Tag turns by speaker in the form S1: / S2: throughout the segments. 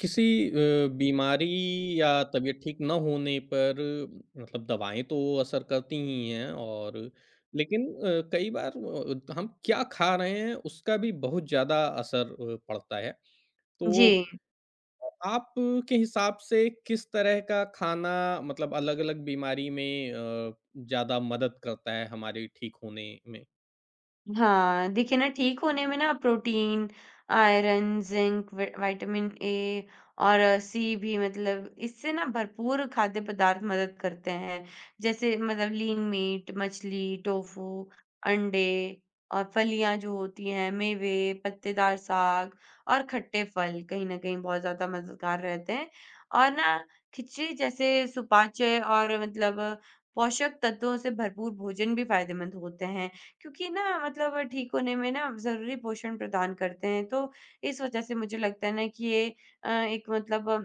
S1: किसी बीमारी या तबीयत ठीक ना होने पर मतलब दवाएँ तो असर करती ही हैं और लेकिन कई बार हम क्या खा रहे हैं उसका भी बहुत ज़्यादा असर पड़ता है। तो
S2: जी,
S1: आप के हिसाब से किस तरह का खाना मतलब अलग-अलग बीमारी में ज़्यादा मदद करता है हमारे ठीक होने में?
S2: हाँ, देखिए ना ठीक होने में ना प्रोटीन, आयरन, ज़िंक, वि विटामिन ए और सी भी मतलब इससे ना भरपूर खाद्य पदार्थ मदद करते हैं। जैसे मतलब लीन मीट, मछली, टोफू, अंडे और फलियाँ जो होती हैं, मेवे, पत्तेदार साग और खट्टे फल कहीं न कहीं बहुत ज़्यादा मददगार रहते हैं। और ना खिचड़ी जैसे सुपाच्य और मतलब पोषक तत्वों से भरपूर भोजन भी फ़ायदेमंद होते हैं। क्योंकि ना मतलब ठीक होने में ना ज़रूरी पोषण प्रदान करते हैं, तो इस वज़ह से मुझे लगता है ना कि ये एक मतलब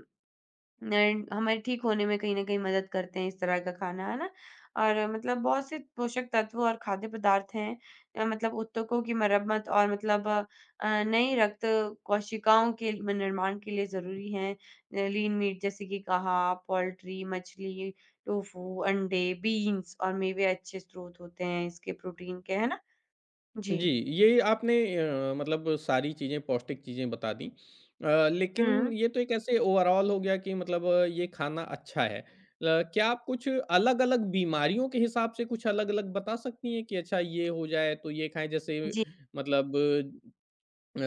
S2: न हमारे ठीक होने में कहीं न कहीं मदद करते हैं इस तरह का खाना, है ना? और मतलब बहुत से पोषक तत्व और खाद्य पदार्थ हैं मतलब ऊतकों की मरम्मत और मतलब नई रक्त कोशिकाओं के निर्माण के लिए ज़रूरी हैं। लीन मीट जैसे कि कहा, पोल्ट्री, मछली, टोफू, अंडे, बीन्स और मेवे अच्छे स्रोत होते हैं इसके प्रोटीन के, है ना? जी।
S1: जी, ये आपने मतलब सारी चीज़ें पौष्टिक चीज़ें बता दी। लेकिन
S2: हुँ।
S1: ये तो एक ऐसे ओवरऑल हो गया कि मतलब ये खाना अच्छा है। ल क्या आप कुछ अलग-अलग बीमारियों के हिसाब से कुछ अलग-अलग बता सकती हैं कि अच्छा ये हो जाए तो ये खाएँ? जैसे
S2: जी,
S1: मतलब अ,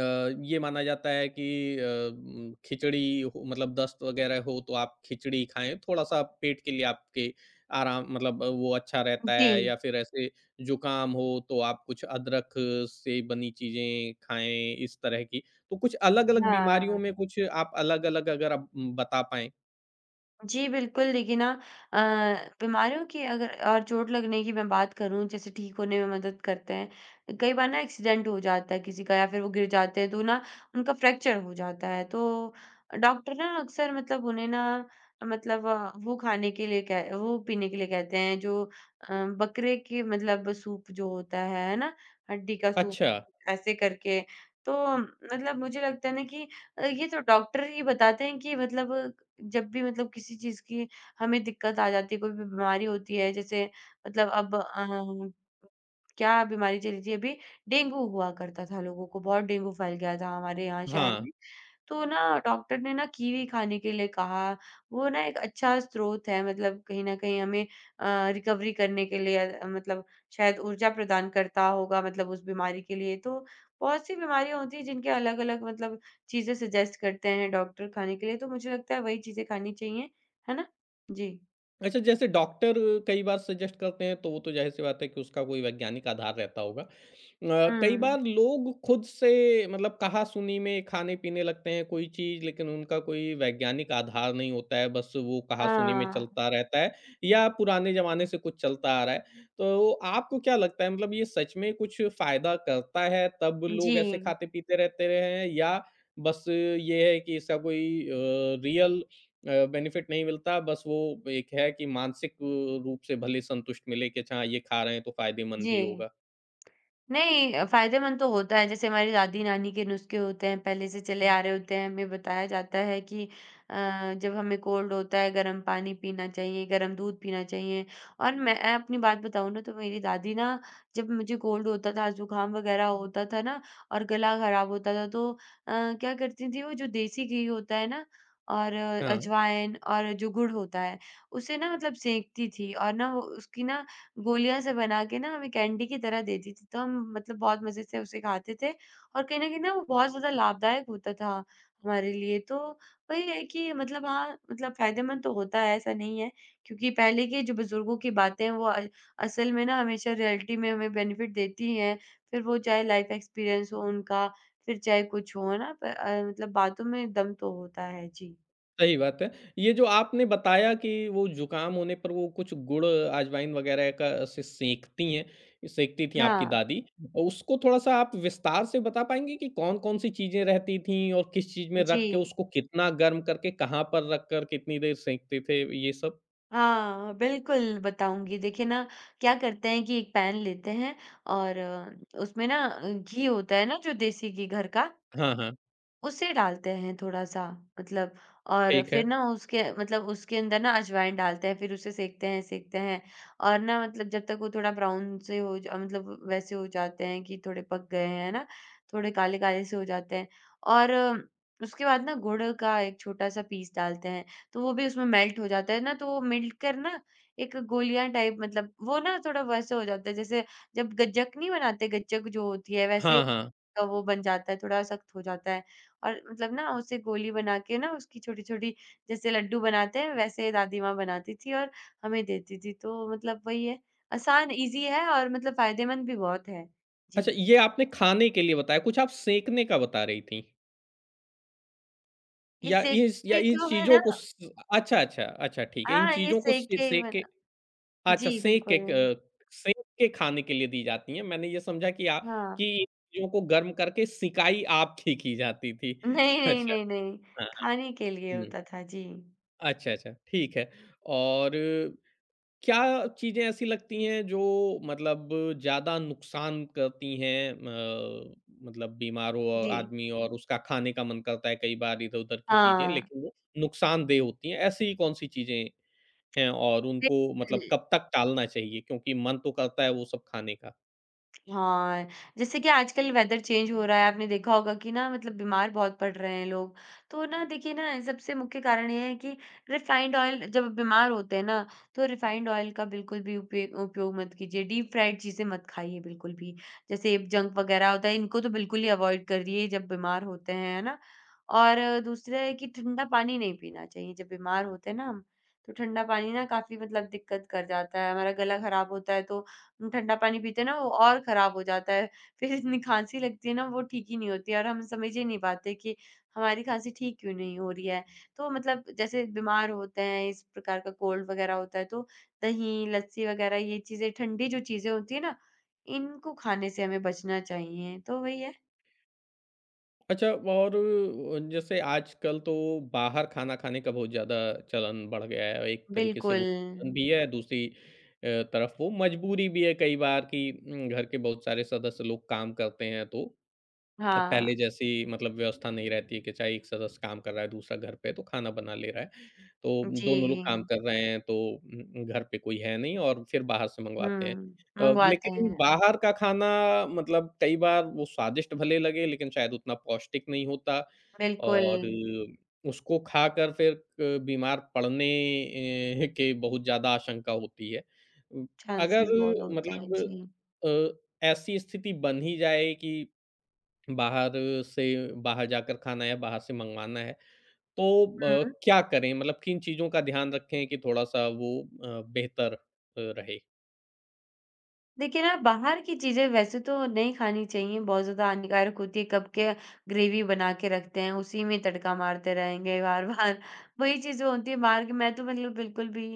S1: ये माना जाता है कि खिचड़ी हो मतलब दस्त वगैरह हो तो आप खिचड़ी खाएँ, थोड़ा-सा पेट के लिए आपके आराम मतलब वो अच्छा रहता
S2: जी।
S1: है या फिर ऐसे ज़ुकाम हो तो आप कुछ अदरक से बनी चीज़ें खाएँ, इस तरह की। तो कुछ अलग-अलग बीमारियों
S2: हाँ।
S1: में कुछ आप अलग-अलग अगर आप बता पाएँ।
S2: जी, बिल्कुल देखिए ना अ, बीमारियों की अगर और चोट लगने की मैं बात करूँ जैसे ठीक होने में मदद करते हैं। कई बार ना एक्सीडेंट हो जाता है किसी का या फिर वो गिर जाते हैं तो ना उनका फ्रैक्चर हो जाता है। तो डॉक्टर ना अक्सर मतलब उन्हें ना मतलब वो खाने के लिए कह वो पीने के लिए कहते हैं जो बकरे के मतलब सूप जो होता है ना? हड्डी का सूप
S1: अच्छा,
S2: ऐसे करके। तो मतलब मुझे लगता है ना कि ये तो डॉक्टर ही बताते हैं कि मतलब जब भी मतलब किसी चीज़ की हमें दिक्कत आ जाती है, कोई भी बीमारी होती है, जैसे मतलब अब क्या बीमारी चली थी अभी डेंगू हुआ करता था लोगों को, बहुत डेंगू फैल गया था हमारे यहाँ शहर
S1: हाँ।
S2: में। तो ना डॉक्टर ने ना कीवी खाने के लिए कहा। वो ना एक अच्छा स्रोत है मतलब कहीं न कहीं हमें रिकवरी करने के लिए मतलब शायद ऊर्जा प्रदान करता होगा मतलब उस बीमारी के लिए। तो बहुत सी बीमारियाँ होती हैं जिनके अलग-अलग मतलब चीज़ें सजेस्ट करते हैं डॉक्टर खाने के लिए, तो मुझे लगता है वही चीज़ें खानी चाहिए। है ना? जी।
S1: अच्छा, जैसे डॉक्टर कई बार सजेस्ट करते हैं, तो वो तो ज़ाहिर-सी बात है कि उसका कोई वैज्ञानिक आधार रहता होगा। कई
S2: हुँ।
S1: बार लोग खुद से मतलब कहा-सुनी में खाने-पीने लगते हैं कोई चीज़, लेकिन उनका कोई वैज्ञानिक आधार नहीं होता है, बस वो कहा-सुनी में
S2: हाँ।
S1: चलता रहता है या पुराने ज़माने से कुछ चलता आ रहा है। तो आपको क्या लगता है मतलब ये सच में कुछ फ़ायदा करता है, तब लोग
S2: जी,
S1: ऐसे खाते-पीते रहते रहे हैं या बस ये है कि इसका कोई रियल बेनिफिट नहीं मिलता बस वो एक है कि मानसिक रूप से भले संतुष्ट मिले कि अच्छा हाँ, ये खा रहे हैं तो फायदेमंद ही
S2: जी।
S1: होगा।
S2: नहीं फ़ायदेमंद तो होता है, जैसे हमारी दादी-नानी के नुस्खे होते हैं, पहले से चले आ रहे होते हैं, हमें बताया जाता है कि जब हमें कोल्ड होता है, गरम पानी पीना चाहिए, गरम दूध पीना चाहिए। और मैं अपनी बात बताऊँ ना, तो मेरी दादी ना, जब मुझे कोल्ड होता था, ज़ुकाम वगैरह होता था ना और गला खराब होता था, तो क्या करती थीं, वो जो देसी घी होता है ना और
S1: हाँ,
S2: अजवाइन और जो गुड़ होता है, उसे ना मतलब सेंकती थीं और ना, उसकी ना गोलियाँ से बना के ना हमें कैंडी की तरह देती थी, तो हम मतलब बहुत मज़े से उसे खाते थे और कहीं न कहीं ना वो बहुत ज़्यादा लाभदायक होता था हमारे लिए। तो वही है कि मतलब हाँ, मतलब फ़ायदेमंद तो होता है, ऐसा नहीं है क्योंकि पहले के जो बुज़ुर्गों की बातें हैं वो असल में ना हमेशा रियलिटी में हमें बेनिफिट देती ही हैं, फिर वो चाहे लाइफ़ एक्सपीरियंस हो उनका, फिर चाहे कुछ हो, है ना? मतलब बातों में दम तो होता है। जी।
S1: सही बात है। ये जो आपने बताया कि वो ज़ुकाम होने पर वो कुछ गुड़, अजवाइन वग़ैरह का से सेंकती हैं सेंकती थीं आपकी
S2: हाँ।
S1: दादी। उसको थोड़ा-सा आप विस्तार से बता पाएँगी कि कौन-कौन सी चीज़ें रहती थीं और किस चीज़ में
S2: जी।
S1: रख के उसको कितना गर्म करके, कहाँ पर रख कर कितनी देर सेंकते थे ये सब?
S2: हाँ, बिल्कुल बताऊँगी। देखिए ना, क्या करते हैं कि एक पैन लेते हैं और उसमें ना घी होता है ना जो देसी घी घर का
S1: हाँ, हाँ।
S2: उसे डालते हैं थोड़ा-सा मतलब और
S1: ठीक है।
S2: फिर ना उसके मतलब उसके अंदर ना अजवाइन डालते हैं, फिर उसे सेंकते हैं और ना मतलब जब तक वो थोड़ा ब्राउन से हो ज मतलब वैसे हो जाते हैं कि थोड़े पक गए हैं, है ना? थोड़े काले-काले से हो जाते हैं और उसके बाद ना गुड़ का एक छोटा-सा पीस डालते हैं, तो वो भी उसमें मेल्ट हो जाता है ना, तो वो मिल कर ना एक गोलियाँ टाइप मतलब वो ना थोड़ा वैसे हो जाता है जैसे जब गज्जक नहीं बनाते गज्जक जो होती है वैसे
S1: हाँ, हाँ।
S2: का वो बन जाता है, थोड़ा सख्त हो जाता है और मतलब ना उसे गोली बना के ना उसकी छोटी-छोटी जैसे लड्डू बनाते हैं वैसे दादी माँ बनाती थी और हमें देती थी। तो मतलब वही है, आसान ईज़ी है और मतलब फ़ायदेमंद भी बहुत है।
S1: अच्छा,
S2: जी,
S1: ये आपने खाने के लिए बताया, कुछ आप सेंकने का बता रही थीं
S2: ये
S1: या
S2: सेंक
S1: इस या
S2: के
S1: इन
S2: तो है
S1: चीज़ों
S2: ना
S1: को स अच्छा, अच्छा, अच्छा ठीक है, इन
S2: हाँ, ये
S1: चीज़ों को
S2: सेंक
S1: से
S2: के ही
S1: सेंक के
S2: बना
S1: अच्छा
S2: जी,
S1: सेंक के
S2: बिल्कुल।
S1: क सेंक के खाने के लिए दी जाती हैं। मैंने ये समझा कि आ
S2: हाँ।
S1: कि इन चीज़ों को गर्म करके सिकाई आपकी की जाती थी।
S2: नहीं, नहीं,
S1: अच्छा,
S2: नहीं, नहीं,
S1: हाँ,
S2: खाने के लिए
S1: हुँ।
S2: होता था। जी।
S1: अच्छा, अच्छा, ठीक है और क्या चीज़ें ऐसी लगती हैं जो मतलब ज़्यादा नुकसान करती हैं, मतलब बीमार हो
S2: जी।
S1: आदमी और उसका खाने का मन करता है कई बार इधर-उधर की चीज़ें
S2: हाँ,
S1: लेकिन वो नुकसानदेह होती हैं, ऐसी कौन सी चीज़ें हैं और उनको मतलब
S2: बिल्कुल।
S1: कब तक टालना चाहिए? क्योंकि मन तो करता है वो सब खाने का।
S2: हाँ, जैसे कि आजकल वेदर चेंज हो रहा है, आपने देखा होगा कि ना मतलब बीमार बहुत पड़ रहे हैं लोग। तो ना देखिए ना, सबसे मुख्य कारण ये है कि रिफाइंड ऑयल जब बीमार होते हैं ना, तो रिफाइंड ऑयल का बिल्कुल भी उपे उपयोग मत कीजिए, डीप फ्राइड चीज़ें मत खाइए बिल्कुल भी। जैसे जंक वगैरह होता है, इनको तो बिल्कुल ही अवॉइड करिए जब बीमार होते हैं, है ना? और दूसरा है कि ठंडा पानी नहीं पीना चाहिए, जब बीमार होते हैं ना हम, तो ठंडा पानी ना काफ़ी मतलब दिक्कत कर जाता है, हमारा गला खराब होता है तो ठंडा पानी पीते हैं ना वो और ख़राब हो जाता है। फिर इतनी खाँसी लगती है ना वो ठीक ही नहीं होती है और हम समझ ही नहीं पाते कि हमारी खाँसी ठीक क्यों नहीं हो रही है। तो मतलब जैसे बीमार होते हैं इस प्रकार का कोल्ड वग़ैरह होता है तो दही, लस्सी वग़ैरह ये चीज़ें ठंडी जो चीज़ें होती हैं ना, इनको खाने से हमें बचना चाहिए। तो वही है।
S1: अच्छा और जैसे आजकल तो बाहर खाना खाने का बहुत ज़्यादा चलन बढ़ गया है। एक तरीके से वो
S2: बिल्कुल।
S1: चलन भी है, दूसरी तरफ वो मजबूरी भी है कई बार कि घर के बहुत सारे सदस्य लोग काम करते हैं तो अब
S2: हाँ।
S1: पहले जैसी मतलब व्यवस्था नहीं रहती है कि चाहे एक सदस्य काम कर रहा है, दूसरा घर पे है तो खाना बना ले रहा है। तो
S2: जी।
S1: दोनों लोग काम कर रहे हैं, तो घर पे कोई है नहीं और फिर बाहर से मँगवाते हैं।
S2: हुँ। मँगवाते
S1: लेकिन
S2: हैं।
S1: बाहर का खाना मतलब कई बार वो स्वादिष्ट भले लगे लेकिन शायद उतना पौष्टिक नहीं होता
S2: बिल्कुल।
S1: और उसको खाकर फिर क बीमार पड़ने के बहुत ज़्यादा आशंका होती है। उ अगर
S2: चांसेस बहुत होते हैं।
S1: मतलब
S2: जी।
S1: ऐसी स्थिति बन ही जाए कि बाहर से बाहर जाकर खाना है, बाहर से मँगवाना है, तो
S2: हुँ।
S1: क्या करें? मतलब किन चीज़ों का ध्यान रखें कि थोड़ा-सा वो बेहतर रहे?
S2: देखिए ना, बाहर की चीज़ें वैसे तो नहीं खानी चाहिए, बहुत ज़्यादा हानिकारक होती है, कब के ग्रेवी बना के रखते हैं, उसी में तड़का मारते रहेंगे बार-बार, वही चीज़ें होती हैं बाहर की मैं तो मतलब बिल्कुल भी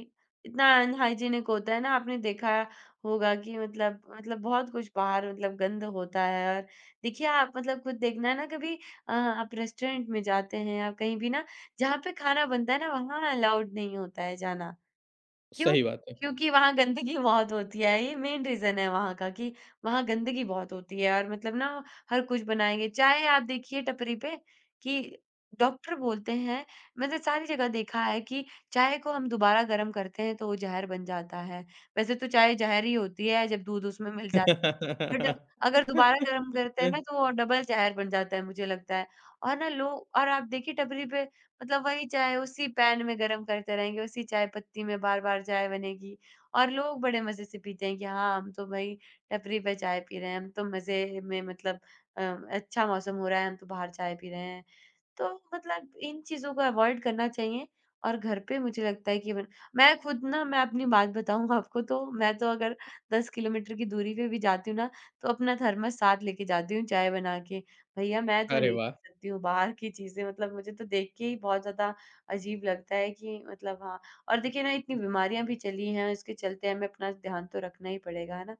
S2: इतना अनहाइजीनिक होता है ना, आपने देखा होगा कि मतलब बहुत कुछ बाहर मतलब गंद होता है और देखिए आप मतलब खुद देखना ना कभी आप रेस्टोरेंट में जाते हैं या कहीं भी ना, जहाँ पे खाना बनता है ना, वहाँ अलाउड नहीं होता है जाना। क्यों?
S1: सही बात है।
S2: क्योंकि वहाँ गंदगी बहुत होती है, ये मेन रीज़न है वहाँ का कि वहाँ गंदगी बहुत होती है और मतलब ना हर कुछ बनाएँगे, चाहे आप देखिए टपरी पे कि डॉक्टर बोलते हैं मैंने सारी जगह देखा है कि चाय को हम दोबारा गर्म करते हैं तो वो ज़हर बन जाता है। वैसे तो चाय ज़हर ही होती है जब दूध उसमें मिल जा बट अगर दोबारा गरम करते हैं
S1: अ,
S2: ना, तो वो डबल ज़हर बन जाता है, मुझे लगता है। और ना लोग और आप देखिए टपरी पे मतलब वही चाय उसी पैन में गरम करते रहेंगे, उसी चाय पत्ती में बार-बार चाय बनेगी और लोग बड़े मज़े से पीते हैं कि हाँ, हम तो भई टपरी पे चाय पी रहे हैं, हम तो मज़े में मतलब अ, अच्छा मौसम हो रहा है, हम तो बाहर चाय पी रहे हैं। तो मतलब इन चीज़ों को अवॉइड करना चाहिए और घर पे मुझे लगता है कि मन मैं खुद ना मैं अपनी बात बताऊँ आपको तो मैं तो अगर 10 किलोमीटर की दूरी पे भी जाती हूँ ना, तो अपना थर्मस साथ लेके जाती हूँ चाय बना के। भैया मैं तो
S1: अरे
S2: नहीं
S1: वाह!
S2: पी सकती हूँ बाहर की चीज़ें मतलब मुझे तो देख के ही बहुत ज़्यादा अजीब लगता है कि मतलब हाँ और देखिए ना इतनी बीमारियाँ भी चली हैं, इसके चलते हमें अपना ध्यान तो रखना ही पड़ेगा, है ना?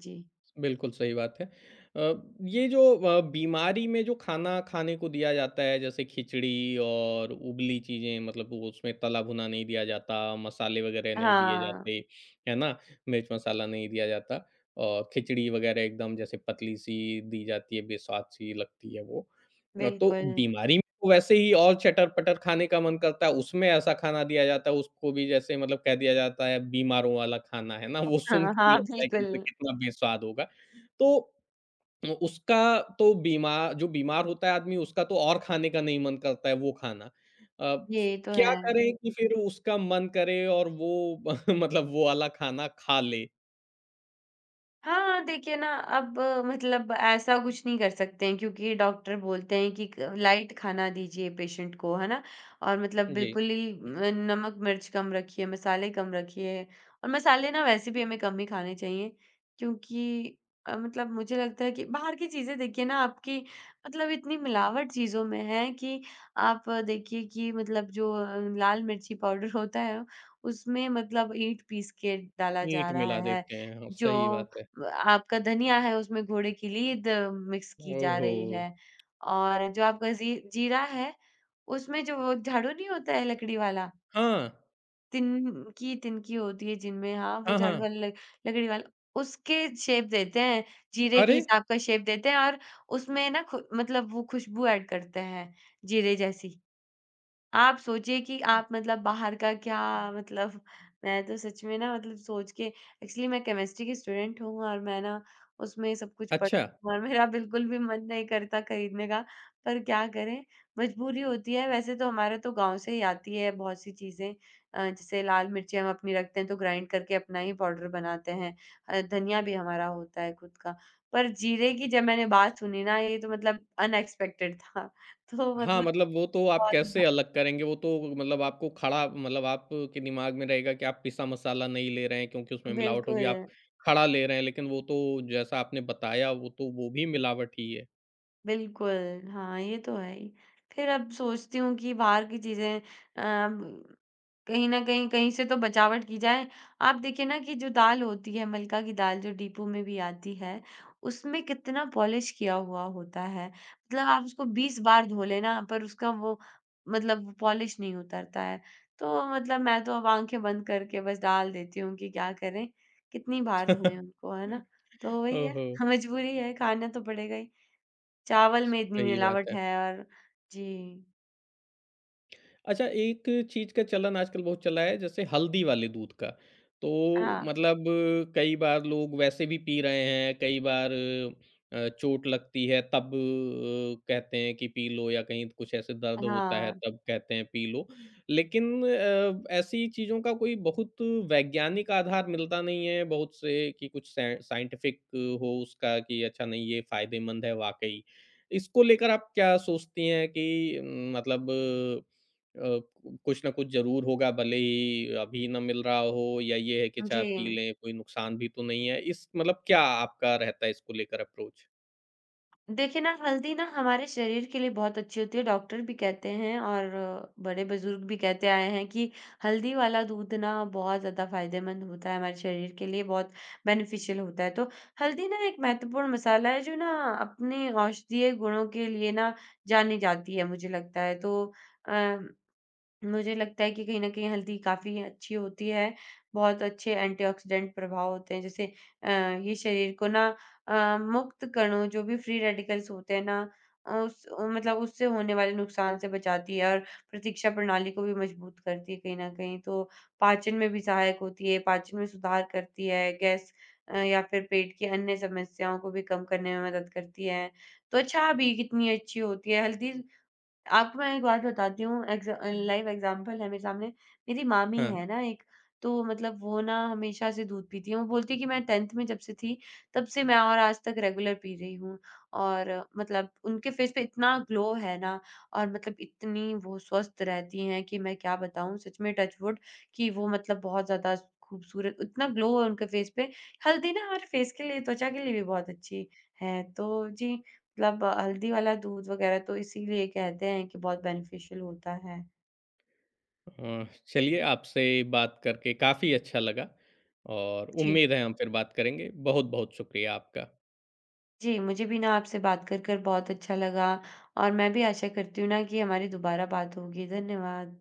S2: जी।
S1: बिल्कुल सही बात है। अ, ये जो बीमारी में जो खाना खाने को दिया जाता है जैसे खिचड़ी और उबली चीज़ें मतलब वो उसमें तला भुना नहीं दिया जाता, मसाले वगैरह नहीं दिए
S2: हाँ,
S1: जाते, है ना? मिर्च मसाला नहीं दिया जाता और खिचड़ी वगैरह एकदम जैसे पतली-सी दी जाती है, बेस्वाद सी लगती है वो। तो
S2: बिल्कुल।
S1: बीमारी में तो वैसे ही और चटर-पटर खाने का मन करता है, उसमें ऐसा खाना दिया जाता है, उसको भी जैसे मतलब कह दिया जाता है बीमारों वाला खाना, है ना? वो सुन
S2: हाँ,
S1: के ही
S2: हाँ,
S1: लगता है कि वो
S2: बिल्कुल।
S1: कितना बेस्वाद होगा। तो उसका तो बीमार जो बीमार होता है आदमी उसका तो और खाने का नहीं मन करता है वो खाना। अ,
S2: ये तो है।
S1: क्या करें कि फिर उसका मन करे और वो मतलब वो वाला खाना खा ले?
S2: हाँ, देखिए ना अब मतलब ऐसा कुछ नहीं कर सकते हैं क्योंकि डॉक्टर बोलते हैं कि क लाइट खाना दीजिए पेशेंट को, है ना? और मतलब
S1: जी,
S2: बिल्कुल ही नमक मिर्च कम रखिए, मसाले कम रखिए और मसाले ना वैसे भी हमें कम ही खाने चाहिए क्योंकि मतलब मुझे लगता है कि बाहर की चीज़ें देखिए ना आपकी मतलब इतनी मिलावट चीज़ों में है कि आप देखिए कि मतलब जो लाल मिर्ची पाउडर होता है, उसमें मतलब ईंट पीस के डाला जा
S1: ईंट
S2: रहा
S1: मिला
S2: है,
S1: देते हैं। हाँ,
S2: जो
S1: सही बात है।
S2: आपका धनिया है उसमें घोड़े की लीद मिक्स की
S1: ओह
S2: जा
S1: हो!
S2: रही है और जो आपका जीरा है उसमें जो वो झाड़ू नहीं होता है लकड़ी वाला
S1: हाँ।
S2: तिनकी तिनकी होती है जिनमें हाँ वो
S1: हाँ,
S2: झाड़ू
S1: हाँ।
S2: वाला लकड़ी वाला उसके शेप देते हैं जीरे के
S1: अरे!
S2: हिसाब का शेप देते हैं और उसमें ना मतलब वो खुशबू ऐड करते हैं जीरे जैसी आप सोचिए कि आप मतलब बाहर का क्या मतलब मैं तो सच में ना मतलब सोच के एक्चुअली मैं केमिस्ट्री की स्टूडेंट हूँ और मैं ना उसमें सब कुछ पढ़
S1: अच्छा।
S2: और मेरा बिल्कुल भी मन नहीं करता खरीदने का पर क्या करें मजबूरी होती है वैसे तो हमारे तो गांव से ही आती है बहुत सी चीजें जैसे लाल मिर्ची हम अपनी रखते हैं तो ग्राइंड करके अपना ही पाउडर बनाते हैं धनिया भी हमारा होता है खुद का पर जीरे की जब मैंने बात सुनी ना ये तो मतलब अनएक्सपेक्टेड था तो
S1: हाँ,
S2: मतलब
S1: मतलब वो तो आप
S2: बहुत
S1: कैसे अलग करेंगे, वो तो मतलब आपको खड़ा मतलब आपके दिमाग में रहेगा कि आप पिसा मसाला नहीं ले रहे हैं क्योंकि उसमें मिलावट होगी,
S2: बिल्कुल।
S1: आप खड़ा ले रहे हैं, लेकिन वो तो जैसा आपने बताया, वो तो वो भी मिलावट ही है।
S2: बिल्कुल, हाँ, ये तो है ही। फिर अब सोचती हूँ कि बाहर की चीज़ें कहीं न कहीं, कहीं से तो बचावट की जाए। आप देखिए ना कि जो दाल होती है, मलका की दाल जो डिपो में भी आती है, उसमें कितना पॉलिश किया हुआ होता है। मतलब आप उसको 20 बार धो लेना, पर उसका वो मतलब पॉलिश नहीं उतरता है। तो मतलब मैं तो अब आँखें बंद करके बस डाल देती हूँ कि क्या करें, कितनी बार धोएँ उनको, है ना? तो वही है,
S1: ओहो!
S2: मजबूरी है, खाना तो पड़ेगा ही। चावल में इतनी
S1: सही बात
S2: मिलावट
S1: है।
S2: है और जी।
S1: अच्छा, एक चीज़ का चलन आजकल बहुत चला है, जैसे हल्दी वाले दूध का। तो
S2: हाँ,
S1: मतलब कई बार लोग वैसे भी पी रहे हैं, कई बार चोट लगती है तब कहते हैं कि पी लो या कहीं कुछ ऐसे दर्द होता है
S2: हाँ,
S1: तब कहते हैं पी लो। लेकिन ऐसी चीज़ों का कोई बहुत वैज्ञानिक आधार मिलता नहीं है, बहुत से कि कुछ साइंटिफ़िक हो उसका कि अच्छा नहीं ये फ़ायदेमंद है वाक़ई। इसको लेकर आप क्या सोचती हैं कि मतलब अ, कुछ ना कुछ ज़रूर होगा भले ही अभी ना मिल रहा हो या ये है कि चाय
S2: जी।
S1: पी लें, कोई नुकसान भी तो नहीं है। इस मतलब क्या आपका रहता है इसको लेकर अप्रोच?
S2: देखिए ना हल्दी ना हमारे शरीर के लिए बहुत अच्छी होती है, डॉक्टर भी कहते हैं और बड़े-बुज़ुर्ग भी कहते आए हैं कि हल्दी वाला दूध ना बहुत ज़्यादा फ़ायदेमंद होता है हमारे शरीर के लिए, बहुत बेनिफिशियल होता है। तो हल्दी ना एक महत्वपूर्ण मसाला है जो ना अपने औषधीय गुणों के लिए ना जानी जाती है मुझे लगता है। तो अ मुझे लगता है कि कहीं न कहीं हल्दी काफ़ी अच्छी होती है, बहुत अच्छे एंटीऑक्सीडेंट प्रभाव होते हैं जैसे ये शरीर को ना मुक्त कणों जो भी फ्री रेडिकल्स होते हैं ना उस मतलब उससे होने वाले नुकसान से बचाती है और प्रतिरक्षा प्रणाली को भी मजबूत करती है कहीं न कहीं। तो पाचन में भी सहायक होती है, पाचन में सुधार करती है, गैस या फिर पेट की अन्य समस्याओं को भी कम करने में मदद करती है। त्वचा भी कितनी अच्छी होती है, हल्दी आपको मैं एक बात बताती हूँ, एग्ज़ा लाइव एग्ज़ाम्पल है मेरे सामने। मेरी मामी
S1: हाँ।
S2: है ना एक, तो मतलब वो ना हमेशा से दूध पीती हैं। वो बोलती है कि मैं 10th में जब से थी, तब से मैं और आज तक रेगुलर पी रही हूँ। और मतलब उनके फेस पे इतना ग्लो है ना और मतलब इतनी वो स्वस्थ रहती हैं कि मैं क्या बताऊँ सच में टच वुड कि वो मतलब बहुत ज़्यादा खूबसूरत इतना ग्लो है उनके फेस पे। हल्दी ना हमारे फेस के लिए, त्वचा के लिए भी बहुत अच्छी है। तो जी, मतलब हल्दी वाला दूध वगैरह तो इसीलिए कहते हैं कि बहुत बेनिफिशियल होता है।
S1: चलिए आपसे बात करके काफ़ी अच्छा लगा और
S2: जी।
S1: उम्मीद है हम फिर बात करेंगे। बहुत-बहुत शुक्रिया आपका।
S2: जी, मुझे भी ना आपसे बात कर बहुत अच्छा लगा और मैं भी आशा करती हूँ ना कि हमारी दोबारा बात होगी। धन्यवाद।